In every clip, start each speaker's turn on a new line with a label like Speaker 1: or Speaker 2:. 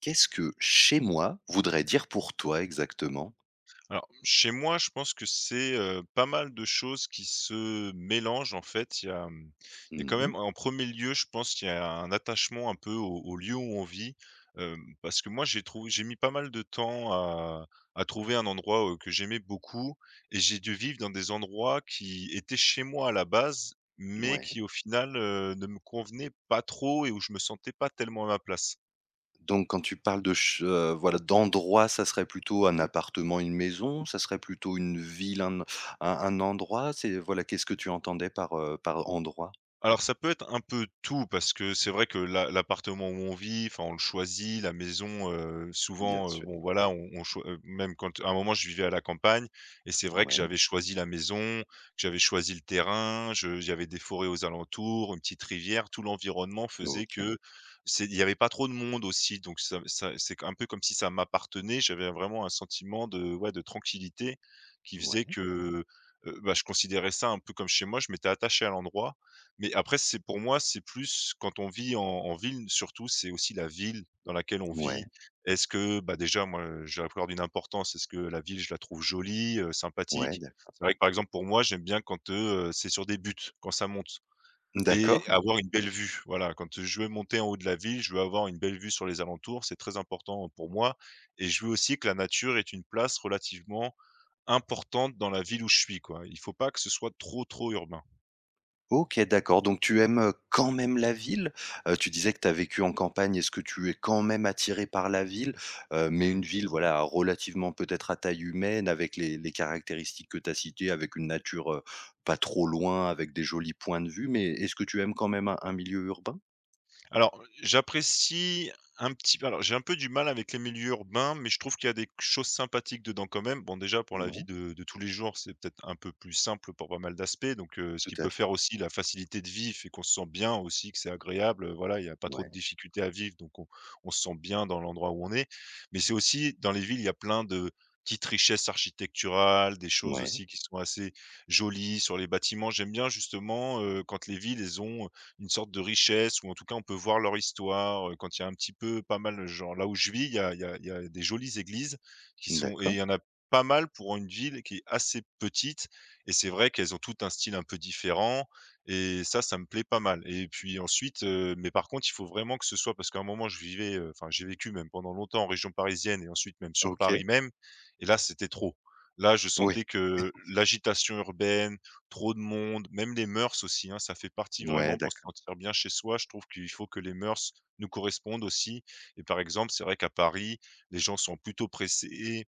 Speaker 1: Qu'est-ce que «chez moi» voudrait dire pour toi exactement?
Speaker 2: Alors, chez moi, je pense que c'est, pas mal de choses qui se mélangent, en fait. Il y a quand
Speaker 1: Mmh,
Speaker 2: même, en premier lieu, je pense qu'il y a un attachement un peu au lieu où on vit, parce que moi, j'ai mis pas mal de temps à trouver un endroit, que j'aimais beaucoup et j'ai dû vivre dans des endroits qui étaient chez moi à la base, mais
Speaker 1: ouais.
Speaker 2: qui, au final, ne me convenaient pas trop et où je me sentais pas tellement à ma place.
Speaker 1: Donc quand tu parles de ch voilà, d'endroit, ça serait plutôt un appartement, une maison? Ça serait plutôt une ville, un un endroit? C'est voilà, qu'est-ce que tu entendais par, par endroit?
Speaker 2: Alors ça peut être un peu tout parce que c'est vrai que l'appartement où on vit, enfin on le choisit, la maison,
Speaker 1: Bien
Speaker 2: souvent,
Speaker 1: sûr.
Speaker 2: bon voilà, on choi même quand à un moment je vivais à la campagne et c'est vrai que
Speaker 1: Ouais,
Speaker 2: j'avais choisi la maison, que j'avais choisi le terrain, je j'avais des forêts aux alentours, une petite rivière, tout l'environnement faisait
Speaker 1: OK.
Speaker 2: que c'est il y avait pas trop de monde aussi donc ça c'est un peu comme si ça m'appartenait. J'avais vraiment un sentiment de, ouais, de tranquillité qui faisait
Speaker 1: Ouais,
Speaker 2: que, bah, je considérais ça un peu comme chez moi, je m'étais attaché à l'endroit mais après, c'est pour moi, c'est plus quand on vit en ville, surtout, c'est aussi la ville dans laquelle on
Speaker 1: ouais,
Speaker 2: vit. Est-ce que, bah, déjà, moi, j'accorde une importance. Est-ce que la ville, je la trouve jolie,
Speaker 1: ouais,
Speaker 2: sympathique? C'est vrai que, par exemple, pour moi, j'aime bien quand, c'est sur des buts, quand ça monte et
Speaker 1: d'accord.
Speaker 2: avoir une belle vue. Voilà, quand je veux monter en haut de la ville, je veux avoir une belle vue sur les alentours, c'est très important pour moi et je veux aussi que la nature est une place relativement importante dans la ville où je suis, quoi. Il faut pas que ce soit trop, trop urbain.
Speaker 1: OK, d'accord, donc tu aimes, quand même la ville? Tu disais que tu as vécu en campagne. Est-ce que tu es quand même attiré par la ville? Mais une
Speaker 2: Mmh.
Speaker 1: ville, voilà, relativement peut-être à taille humaine, avec les caractéristiques que tu as citées, avec une nature, pas trop loin, avec des jolis points de vue, mais est-ce que tu aimes quand même un milieu urbain?
Speaker 2: Alors, j'apprécie un petit peu alors j'ai un peu du mal avec les milieux urbains, mais je trouve qu'il y a des choses sympathiques dedans quand même. Bon déjà pour la vie
Speaker 1: Ouais,
Speaker 2: de tous les jours, c'est peut-être un peu plus simple pour pas mal d'aspects, donc ce
Speaker 1: tout
Speaker 2: qui
Speaker 1: à
Speaker 2: peut
Speaker 1: fait.
Speaker 2: faire aussi la facilité de vivre et qu'on se sent bien aussi, que c'est agréable, voilà, il y a pas trop
Speaker 1: Ouais,
Speaker 2: de difficultés à vivre, donc on se sent bien dans l'endroit où on est. Mais c'est aussi dans les villes, il y a plein de petites richesses architecturales, des choses
Speaker 1: ouais,
Speaker 2: aussi qui sont assez jolies sur les bâtiments. J'aime bien justement, quand les villes, elles ont, une sorte de richesse ou en tout cas on peut voir leur histoire, quand il y a un petit peu pas mal genre là où je vis, il y a il y a il y a des jolies églises qui sont et il
Speaker 1: d'accord.
Speaker 2: y en a pas mal pour une ville qui est assez petite et c'est vrai qu'elles ont toutes un style un peu différent et ça me plaît pas mal et puis ensuite, mais par contre, il faut vraiment que ce soit parce qu'à un moment je vivais, enfin j'ai vécu même pendant longtemps en région parisienne et ensuite même sur
Speaker 1: OK.
Speaker 2: Paris même et là, c'était trop. Là, je
Speaker 1: Oui,
Speaker 2: sentais que l'agitation urbaine, trop de monde, même les mœurs aussi, hein, ça fait partie
Speaker 1: ouais,
Speaker 2: vraiment pour se
Speaker 1: d'accord.
Speaker 2: sentir bien chez soi. Je trouve qu'il faut que les mœurs nous correspondent aussi et par exemple, c'est vrai qu'à Paris, les gens sont plutôt pressés.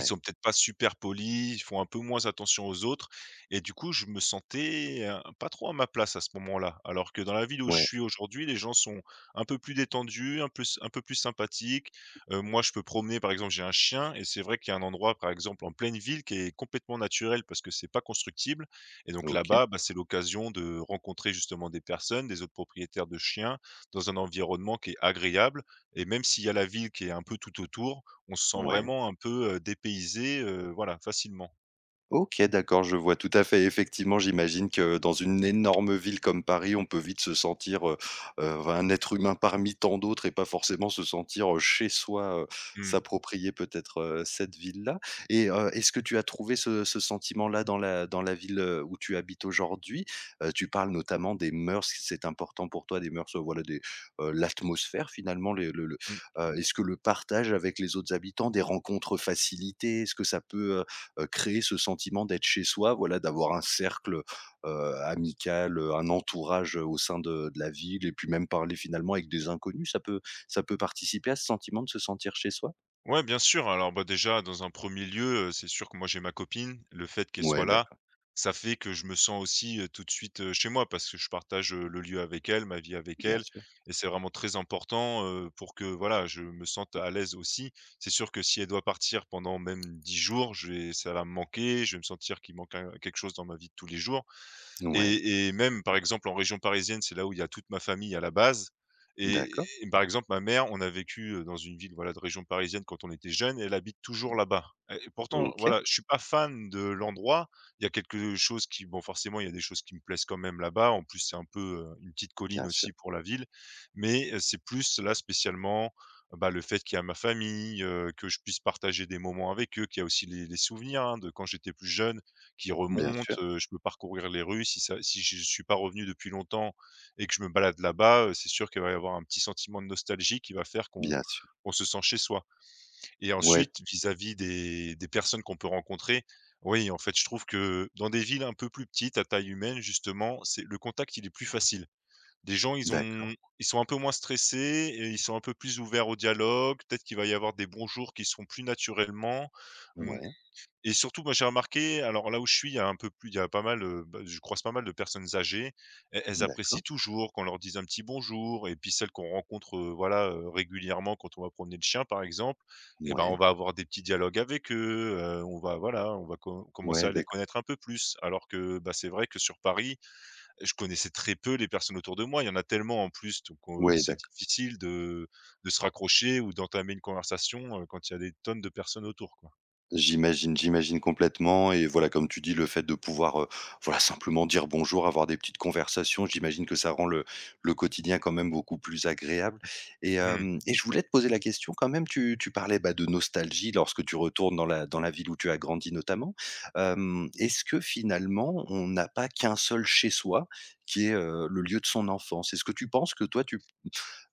Speaker 2: Ils sont peut-être pas super polis, ils font un peu moins attention aux autres et du coup, je me sentais, pas trop à ma place à ce moment-là. Alors que dans la ville où je
Speaker 1: ouais,
Speaker 2: suis aujourd'hui, les gens sont un peu plus détendus, un peu plus sympathiques. Moi, je peux promener, par exemple, j'ai un chien et c'est vrai qu'il y a un endroit, par exemple, en pleine ville qui est complètement naturel parce que c'est pas constructible et donc
Speaker 1: OK,
Speaker 2: là-bas, bah, c'est l'occasion de rencontrer justement des personnes, des autres propriétaires de chiens, dans un environnement qui est agréable et même s'il y a la ville qui est un peu tout autour, on se sent
Speaker 1: ouais.
Speaker 2: vraiment un peu, dépaysé, voilà, facilement.
Speaker 1: OK, d'accord, je vois tout à fait. Effectivement, j'imagine que dans une énorme ville comme Paris, on peut vite se sentir, un être humain parmi tant d'autres et pas forcément se sentir, chez soi,
Speaker 2: Mmh,
Speaker 1: s'approprier peut-être, cette ville-là. Et est-ce que tu as trouvé ce sentiment-là dans la ville, où tu habites aujourd'hui? Tu parles notamment des mœurs, si c'est important pour toi, des mœurs, voilà, des, l'atmosphère finalement,
Speaker 2: mmh.
Speaker 1: est-ce que le partage avec les autres habitants, des rencontres facilitées, est-ce que ça peut, créer ce sentiment d'être chez soi, voilà, d'avoir un cercle, amical, un entourage, au sein de la ville et puis même parler finalement avec des inconnus, ça peut participer à ce sentiment de se sentir chez soi?
Speaker 2: Ouais, bien sûr. Alors, bah, déjà, dans un premier lieu, c'est sûr que moi, j'ai ma copine. Le fait qu'elle soit
Speaker 1: Ouais,
Speaker 2: là,
Speaker 1: d'accord,
Speaker 2: ça fait que je me sens aussi, tout de suite, chez moi parce que je partage, le lieu avec elle, ma vie avec
Speaker 1: bien
Speaker 2: elle
Speaker 1: sûr.
Speaker 2: et c'est vraiment très important, pour que, voilà, je me sente à l'aise aussi. C'est sûr que si elle doit partir pendant même 10 jours, je vais ça va me manquer, je vais me sentir qu'il manque un quelque chose dans ma vie de tous les jours.
Speaker 1: Ouais,
Speaker 2: Et même, par exemple, en région parisienne, c'est là où il y a toute ma famille à la base et
Speaker 1: d'accord,
Speaker 2: et par exemple, ma mère, on a vécu, dans une ville, voilà, de région parisienne quand on était jeunes et elle habite toujours là-bas et pourtant,
Speaker 1: OK,
Speaker 2: voilà, je suis pas fan de l'endroit. Il y a quelque chose qui bon, forcément, il y a des choses qui me plaisent quand même là-bas. En plus, c'est un peu, une petite colline
Speaker 1: bien sûr,
Speaker 2: aussi pour la ville mais c'est plus là, spécialement, bah, le fait qu'il y a ma famille, que je puisse partager des moments avec eux, qu'il y a aussi les souvenirs, hein, de quand j'étais plus jeune qui
Speaker 1: bien sûr,
Speaker 2: remonte, je peux parcourir les rues. Si ça si je suis pas revenu depuis longtemps et que je me balade là-bas, c'est sûr qu'il va y avoir un petit sentiment de nostalgie qui va faire qu'on
Speaker 1: bien sûr.
Speaker 2: qu'on se sent chez soi et
Speaker 1: Ouais,
Speaker 2: ensuite vis-à-vis des personnes qu'on peut rencontrer, oui, en fait, je trouve que dans des villes un peu plus petites à taille humaine justement, c'est le contact, il est plus facile. Des gens,
Speaker 1: d'accord,
Speaker 2: ils sont un peu moins stressés et ils sont un peu plus ouverts au dialogue. Peut-être qu'il va y avoir des bonjours qui se plus naturellement. Mmh,
Speaker 1: ouais,
Speaker 2: et surtout, moi, j'ai remarqué, alors là où je suis, il y a pas mal, bah, je croise pas mal de personnes âgées. Elles apprécient
Speaker 1: d'accord,
Speaker 2: toujours qu'on leur dise un petit bonjour et puis celles qu'on rencontre, voilà, régulièrement quand on va promener le chien, par exemple, et ben, on
Speaker 1: ouais,
Speaker 2: va avoir des petits dialogues avec eux, on va voilà, on va commencer
Speaker 1: ouais,
Speaker 2: à les
Speaker 1: d'accord.
Speaker 2: connaître un peu plus. Alors que, bah, c'est vrai que sur Paris, je connaissais très peu les personnes autour de moi. Il y en a tellement en plus, donc
Speaker 1: Ouais,
Speaker 2: c'est
Speaker 1: d'accord.
Speaker 2: difficile de se raccrocher ou d'entamer une conversation, quand il y a des tonnes de personnes autour, quoi.
Speaker 1: J'imagine, j'imagine complètement et voilà, comme tu dis, le fait de pouvoir, voilà, simplement dire bonjour, avoir des petites conversations, j'imagine que ça rend le quotidien quand même beaucoup plus agréable. Et
Speaker 2: Mmh.
Speaker 1: hem et je voulais te poser la question quand même, tu parlais, bah, de nostalgie lorsque tu retournes dans la ville où tu as grandi notamment. Est-ce que finalement on n'a pas qu'un seul chez soi qui est, le lieu de son enfance? Est-ce que tu penses que toi tu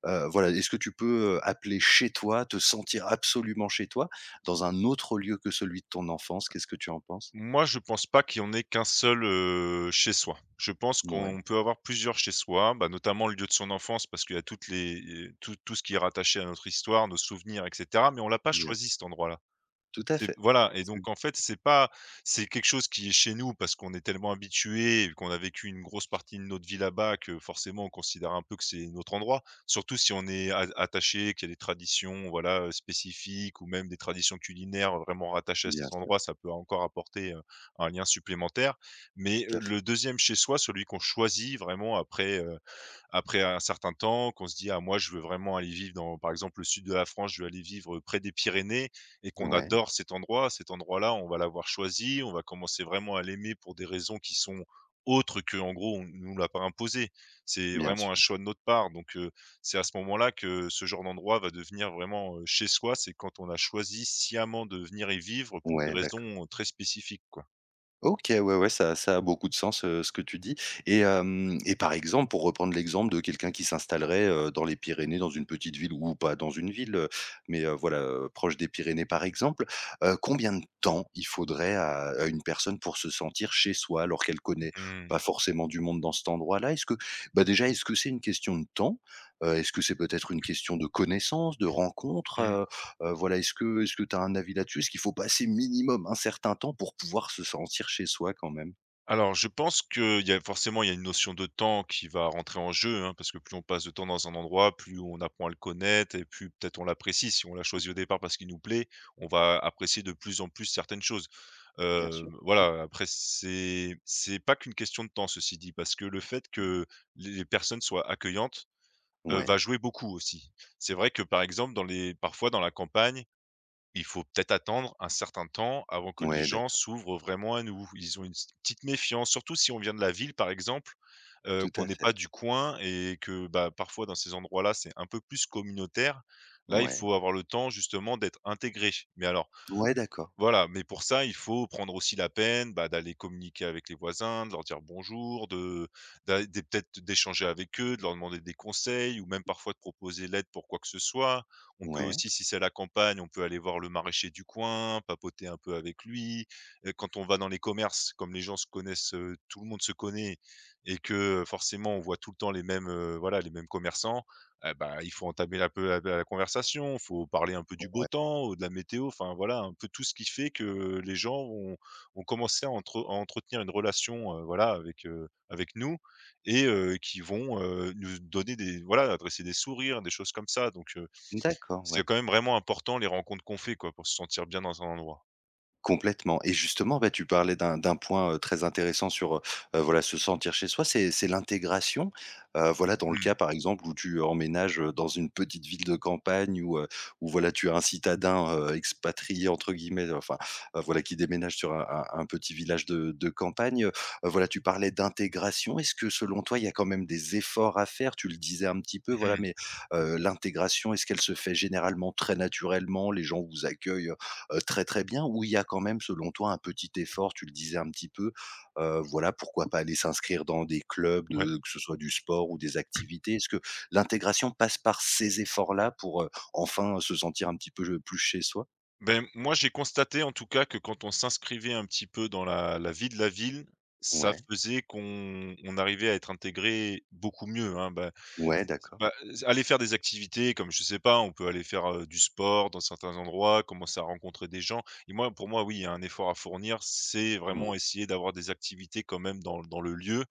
Speaker 1: Voilà, est-ce que tu peux, appeler chez toi, te sentir absolument chez toi, dans un autre lieu que celui de ton enfance? Qu'est-ce que tu en penses?
Speaker 2: Moi, je pense pas qu'il y en ait qu'un seul, chez soi. Je pense
Speaker 1: Ouais,
Speaker 2: qu'on peut avoir plusieurs chez soi, bah, notamment le lieu de son enfance parce qu'il y a tout ce qui est rattaché à notre histoire, nos souvenirs et cetera, mais on l'a pas
Speaker 1: bien
Speaker 2: choisi
Speaker 1: sûr.
Speaker 2: cet endroit-là.
Speaker 1: Tout à
Speaker 2: C'est
Speaker 1: fait.
Speaker 2: voilà et
Speaker 1: C'est
Speaker 2: donc en fait, c'est pas c'est quelque chose qui est chez nous parce qu'on est tellement habitué qu'on a vécu une grosse partie de notre vie là-bas que forcément on considère un peu que c'est notre endroit. Surtout si on est a attaché, qu'il y a des traditions, voilà, spécifiques ou même des traditions culinaires vraiment rattachées à
Speaker 1: bien
Speaker 2: cet
Speaker 1: sûr,
Speaker 2: endroit, ça peut encore apporter, un lien supplémentaire. Mais,
Speaker 1: tout à fait.
Speaker 2: le deuxième chez soi, celui qu'on choisit vraiment après, après un certain temps, qu'on se dit: «Ah moi, je veux vraiment aller vivre dans, par exemple, le sud de la France, je veux aller vivre près des Pyrénées» et qu'on
Speaker 1: Ouais,
Speaker 2: adore cet endroit. Cet endroit-là, on va l'avoir choisi, on va commencer vraiment à l'aimer pour des raisons qui sont autres que en gros, on nous l'a pas imposé. C'est
Speaker 1: bien
Speaker 2: vraiment un
Speaker 1: sûr.
Speaker 2: choix de notre part donc c'est à ce moment-là que ce genre d'endroit va devenir vraiment, chez soi. C'est quand on a choisi sciemment de venir y vivre pour des
Speaker 1: Ouais, d'accord.
Speaker 2: raisons, très spécifiques, quoi.
Speaker 1: OK, ouais, ouais, ça ça a beaucoup de sens, ce que tu dis. Et hem et par exemple, pour reprendre l'exemple de quelqu'un qui s'installerait, dans les Pyrénées, dans une petite ville ou pas dans une ville, mais voilà, proche des Pyrénées, par exemple, combien de temps il faudrait à une personne pour se sentir chez soi, alors qu'elle connaît
Speaker 2: Mmh.
Speaker 1: pas forcément du monde dans cet endroit-là? Est-ce que bah, déjà, est-ce que c'est une question de temps? Est-ce que c'est peut-être une question de connaissance, de
Speaker 2: Mmh.
Speaker 1: rencontre, voilà, est-ce que tu as un avis là-dessus? Est-ce qu'il faut passer minimum un certain temps pour pouvoir se sentir chez soi quand même?
Speaker 2: Alors, je pense qu'il y a forcément, il y a une notion de temps qui va rentrer en jeu, hein, parce que plus on passe de temps dans un endroit, plus on apprend à le connaître et plus peut-être on l'apprécie. Si on l'a choisi au départ parce qu'il nous plaît, on va apprécier de plus en plus certaines choses.
Speaker 1: Bien sûr.
Speaker 2: Voilà, Après c'est pas qu'une question de temps ceci dit, parce que le fait
Speaker 1: Mouais.
Speaker 2: que les personnes soient accueillantes, va
Speaker 1: Ouais,
Speaker 2: jouer beaucoup aussi. C'est vrai que par exemple dans les parfois dans la campagne, il faut peut-être attendre un certain temps avant que les
Speaker 1: ouais,
Speaker 2: gens
Speaker 1: d'accord.
Speaker 2: s'ouvrent vraiment à nous. Ils ont une s petite méfiance, surtout si on vient de la ville, par exemple,
Speaker 1: Tout
Speaker 2: qu'on
Speaker 1: à
Speaker 2: n'est
Speaker 1: fait.
Speaker 2: pas du coin et que, bah, parfois dans ces endroits-là, c'est un peu plus communautaire. Là, il
Speaker 1: Ouais.
Speaker 2: faut avoir le temps justement d'être intégré. Mais alors
Speaker 1: Ouais, d'accord.
Speaker 2: voilà, mais pour ça, il faut prendre aussi la peine, bah, d'aller communiquer avec les voisins, de leur dire bonjour, de d'a des peut-être d'échanger avec eux, de leur demander des conseils ou même parfois de proposer l'aide pour quoi que ce soit. On peut
Speaker 1: Ouais.
Speaker 2: aussi, si c'est à la campagne, on peut aller voir le maraîcher du coin, papoter un peu avec lui. Quand on va dans les commerces, comme les gens se connaissent, tout le monde se connaît et que, forcément on voit tout le temps les mêmes, voilà, les mêmes commerçants, eh bah, il faut entamer un peu la conversation, il faut parler un peu du beau temps ou de la météo, enfin voilà, un peu tout ce qui fait que les gens vont commencer à entretenir une relation, voilà avec, avec nous et qui vont, nous donner adresser des sourires, des choses comme ça. Donc
Speaker 1: D'accord,
Speaker 2: c'est
Speaker 1: ouais.
Speaker 2: quand même vraiment important les rencontres qu'on fait quoi, pour se sentir bien dans un endroit.
Speaker 1: Complètement et justement, bah, tu parlais d'un point, très intéressant sur, voilà, se sentir chez soi, c'est l'intégration. Voilà, dans le
Speaker 2: Mmh.
Speaker 1: cas, par exemple, où tu emménages, dans une petite ville de campagne ou où voilà, tu as un citadin, «expatrié» entre guillemets, enfin, voilà, qui déménage sur un un petit village de campagne. Voilà, tu parlais d'intégration. Est-ce que, selon toi, il y a quand même des efforts à faire? Tu le disais un petit peu, voilà,
Speaker 2: Mmh.
Speaker 1: mais, l'intégration, est-ce qu'elle se fait généralement très naturellement? Les gens vous accueillent, très, très bien, où il y a quand même selon toi un petit effort, tu le disais un petit peu, voilà, pourquoi pas aller s'inscrire dans des clubs
Speaker 2: Ouais.
Speaker 1: de que ce soit du sport ou des activités? Est-ce que l'intégration passe par ces efforts-là pour, enfin se sentir un petit peu, plus chez soi?
Speaker 2: Ben, moi, j'ai constaté en tout cas que quand on s'inscrivait un petit peu dans la vie de la ville, ça
Speaker 1: Ouais,
Speaker 2: faisait qu'on on arrivait à être intégré beaucoup mieux, hein. Bah,
Speaker 1: ouais, d'accord.
Speaker 2: aller faire des activités comme je sais pas, on peut aller faire, du sport dans certains endroits, commencer à rencontrer des gens. Et moi, pour moi, oui, il y a un effort à fournir, c'est
Speaker 1: Mmh,
Speaker 2: vraiment essayer d'avoir des activités quand même dans le lieu.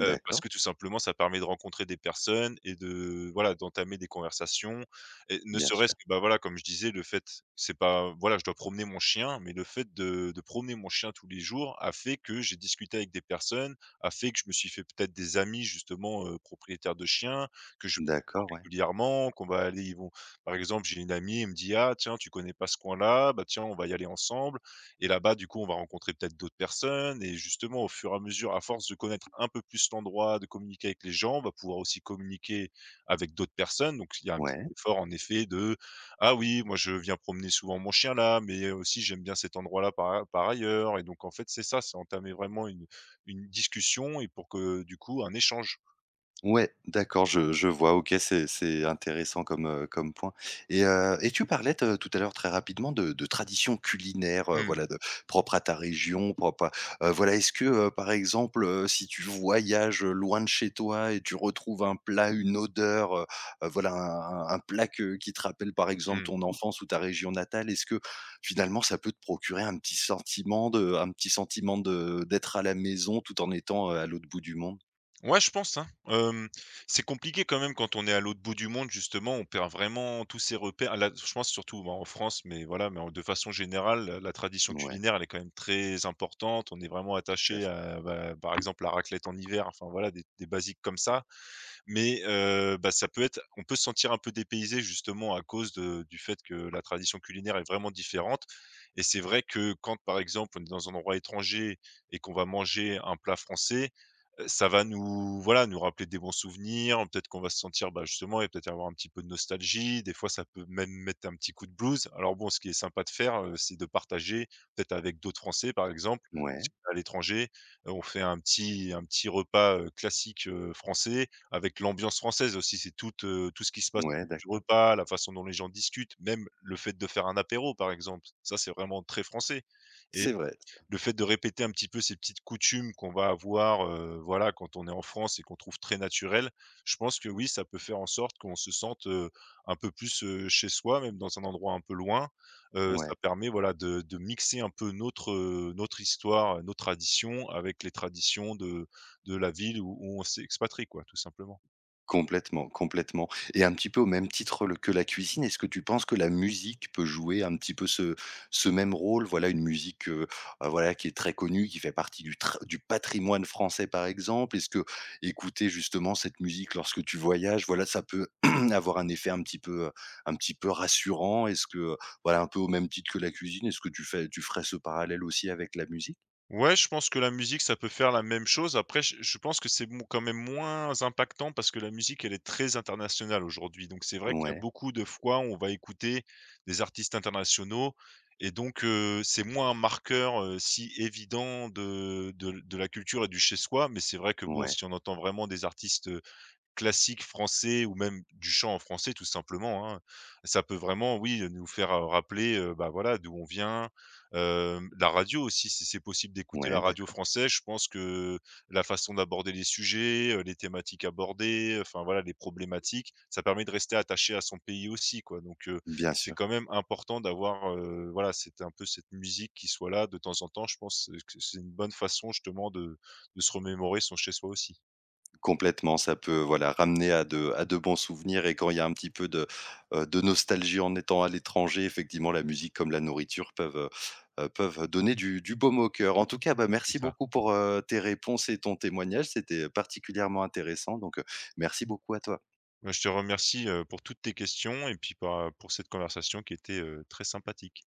Speaker 2: Parce que tout simplement, ça permet de rencontrer des personnes et de voilà, d'entamer des conversations et ne
Speaker 1: bien sûr.
Speaker 2: serait-ce que, bah, voilà, comme je disais, le fait c'est pas voilà, je dois promener mon chien, mais le fait de promener mon chien tous les jours a fait que j'ai discuté avec des personnes, a fait que je me suis fait peut-être des amis justement, propriétaires de chiens, que je vois
Speaker 1: D'accord, ouais,
Speaker 2: régulièrement, qu'on va aller ils vont par exemple, j'ai une amie, elle me dit: «Ah tiens, tu connais pas ce coin-là, bah, tiens, on va y aller ensemble». Et là-bas, du coup, on va rencontrer peut-être d'autres personnes et justement, au fur et à mesure, à force de connaître un peu plus l'endroit, de communiquer avec les gens, on va pouvoir aussi communiquer avec d'autres personnes. Donc, il y a un petit
Speaker 1: ouais.
Speaker 2: effort, en effet, de «Ah oui, moi, je viens promener souvent mon chien là, mais aussi j'aime bien cet endroit-là par ailleurs». Et donc, en fait, c'est ça, c'est entamer vraiment une discussion et pour que, du coup, un échange.
Speaker 1: Ouais, d'accord, je vois. OK, c'est intéressant comme, comme point. Et et tu parlais te tout à l'heure très rapidement de traditions culinaires,
Speaker 2: Mmh.
Speaker 1: voilà, de propres à ta région, propre à voilà, est-ce que, par exemple, si tu voyages, loin de chez toi et tu retrouves un plat, une odeur, voilà, un plat que qui te rappelle, par exemple,
Speaker 2: Mmh.
Speaker 1: ton enfance ou ta région natale, est-ce que, finalement, ça peut te procurer un petit sentiment de d'être à la maison tout en étant, à l'autre bout du monde?
Speaker 2: Ouais, je pense, hein. C'est compliqué quand même quand on est à l'autre bout du monde justement, on perd vraiment tous ses repères. Là, je pense surtout bah, en France, mais voilà, mais en de façon générale, la tradition
Speaker 1: Ouais,
Speaker 2: culinaire, elle est quand même très importante. On est vraiment
Speaker 1: tout à
Speaker 2: attaché
Speaker 1: fait.
Speaker 2: à, bah, par exemple, la raclette en hiver, enfin voilà, des basiques comme ça. Mais bah, ça peut être on peut se sentir un peu dépaysé justement à cause de du fait que la tradition culinaire est vraiment différente. Et c'est vrai que quand, par exemple, on est dans un endroit étranger et qu'on va manger un plat français, ça va nous voilà, nous rappeler des bons souvenirs, peut-être qu'on va se sentir, bah, justement et peut-être avoir un petit peu de nostalgie. Des fois, ça peut même mettre un petit coup de blues. Alors bon, ce qui est sympa de faire, c'est de partager peut-être avec d'autres Français, par exemple, si
Speaker 1: Ouais.
Speaker 2: on est à l'étranger, on fait un petit repas, classique, français avec l'ambiance française aussi, c'est tout, tout ce qui se passe
Speaker 1: Ouais,
Speaker 2: autour du
Speaker 1: d'accord.
Speaker 2: repas, la façon dont les gens discutent, même le fait de faire un apéro, par exemple. Ça, c'est vraiment très français. Et
Speaker 1: C'est vrai,
Speaker 2: le fait de répéter un petit peu ces petites coutumes qu'on va avoir, voilà, quand on est en France et qu'on trouve très naturelles, je pense que oui, ça peut faire en sorte qu'on se sente, un peu plus, chez soi, même dans un endroit un peu loin.
Speaker 1: ouais,
Speaker 2: Ça permet, voilà, de mixer un peu notre, notre histoire, nos traditions avec les traditions de la ville où on s'expatrie, quoi, tout simplement.
Speaker 1: complètement, complètement et un petit peu au même titre le que la cuisine, est-ce que tu penses que la musique peut jouer un petit peu ce même rôle? Voilà, une musique, voilà, qui est très connue, qui fait partie du patrimoine français, par exemple. Est-ce que écouter justement cette musique lorsque tu voyages, voilà, ça peut avoir un effet un petit peu rassurant? Est-ce que, voilà, un peu au même titre que la cuisine, est-ce que tu ferais ce parallèle aussi avec la musique?
Speaker 2: Ouais, je pense que la musique, ça peut faire la même chose. Après, je pense que c'est mo quand même moins impactant parce que la musique, elle est très internationale aujourd'hui. Donc c'est vrai qu'il y a
Speaker 1: Ouais,
Speaker 2: beaucoup de fois où on va écouter des artistes internationaux. Et donc c'est moins un marqueur, si évident de de la culture et du chez soi. Mais c'est vrai que bon,
Speaker 1: ouais,
Speaker 2: si on entend vraiment des artistes, classique français ou même du chant en français tout simplement, hein. Ça peut vraiment, oui, nous faire, rappeler, bah, voilà, d'où on vient, la radio aussi, si c'est possible d'écouter la
Speaker 1: ouais,
Speaker 2: radio
Speaker 1: d'accord,
Speaker 2: française, je pense que la façon d'aborder les sujets, les thématiques abordées, enfin voilà, les problématiques, ça permet de rester attaché à son pays aussi quoi, donc
Speaker 1: bien
Speaker 2: c'est
Speaker 1: sûr.
Speaker 2: quand même important d'avoir, voilà, c'est un peu cette musique qui soit là de temps en temps. Je pense que c'est une bonne façon justement de se remémorer son chez soi aussi.
Speaker 1: Complètement, ça peut, voilà, ramener à de bons souvenirs et quand il y a un petit peu de nostalgie en étant à l'étranger, effectivement, la musique comme la nourriture peuvent, peuvent donner du baume au cœur. En tout cas, bah,
Speaker 2: C'est
Speaker 1: merci
Speaker 2: ça.
Speaker 1: beaucoup pour, tes réponses et ton témoignage. C'était particulièrement intéressant donc, merci beaucoup à toi.
Speaker 2: Bah, je te remercie, pour toutes tes questions et puis, bah, pour cette conversation qui était, très sympathique.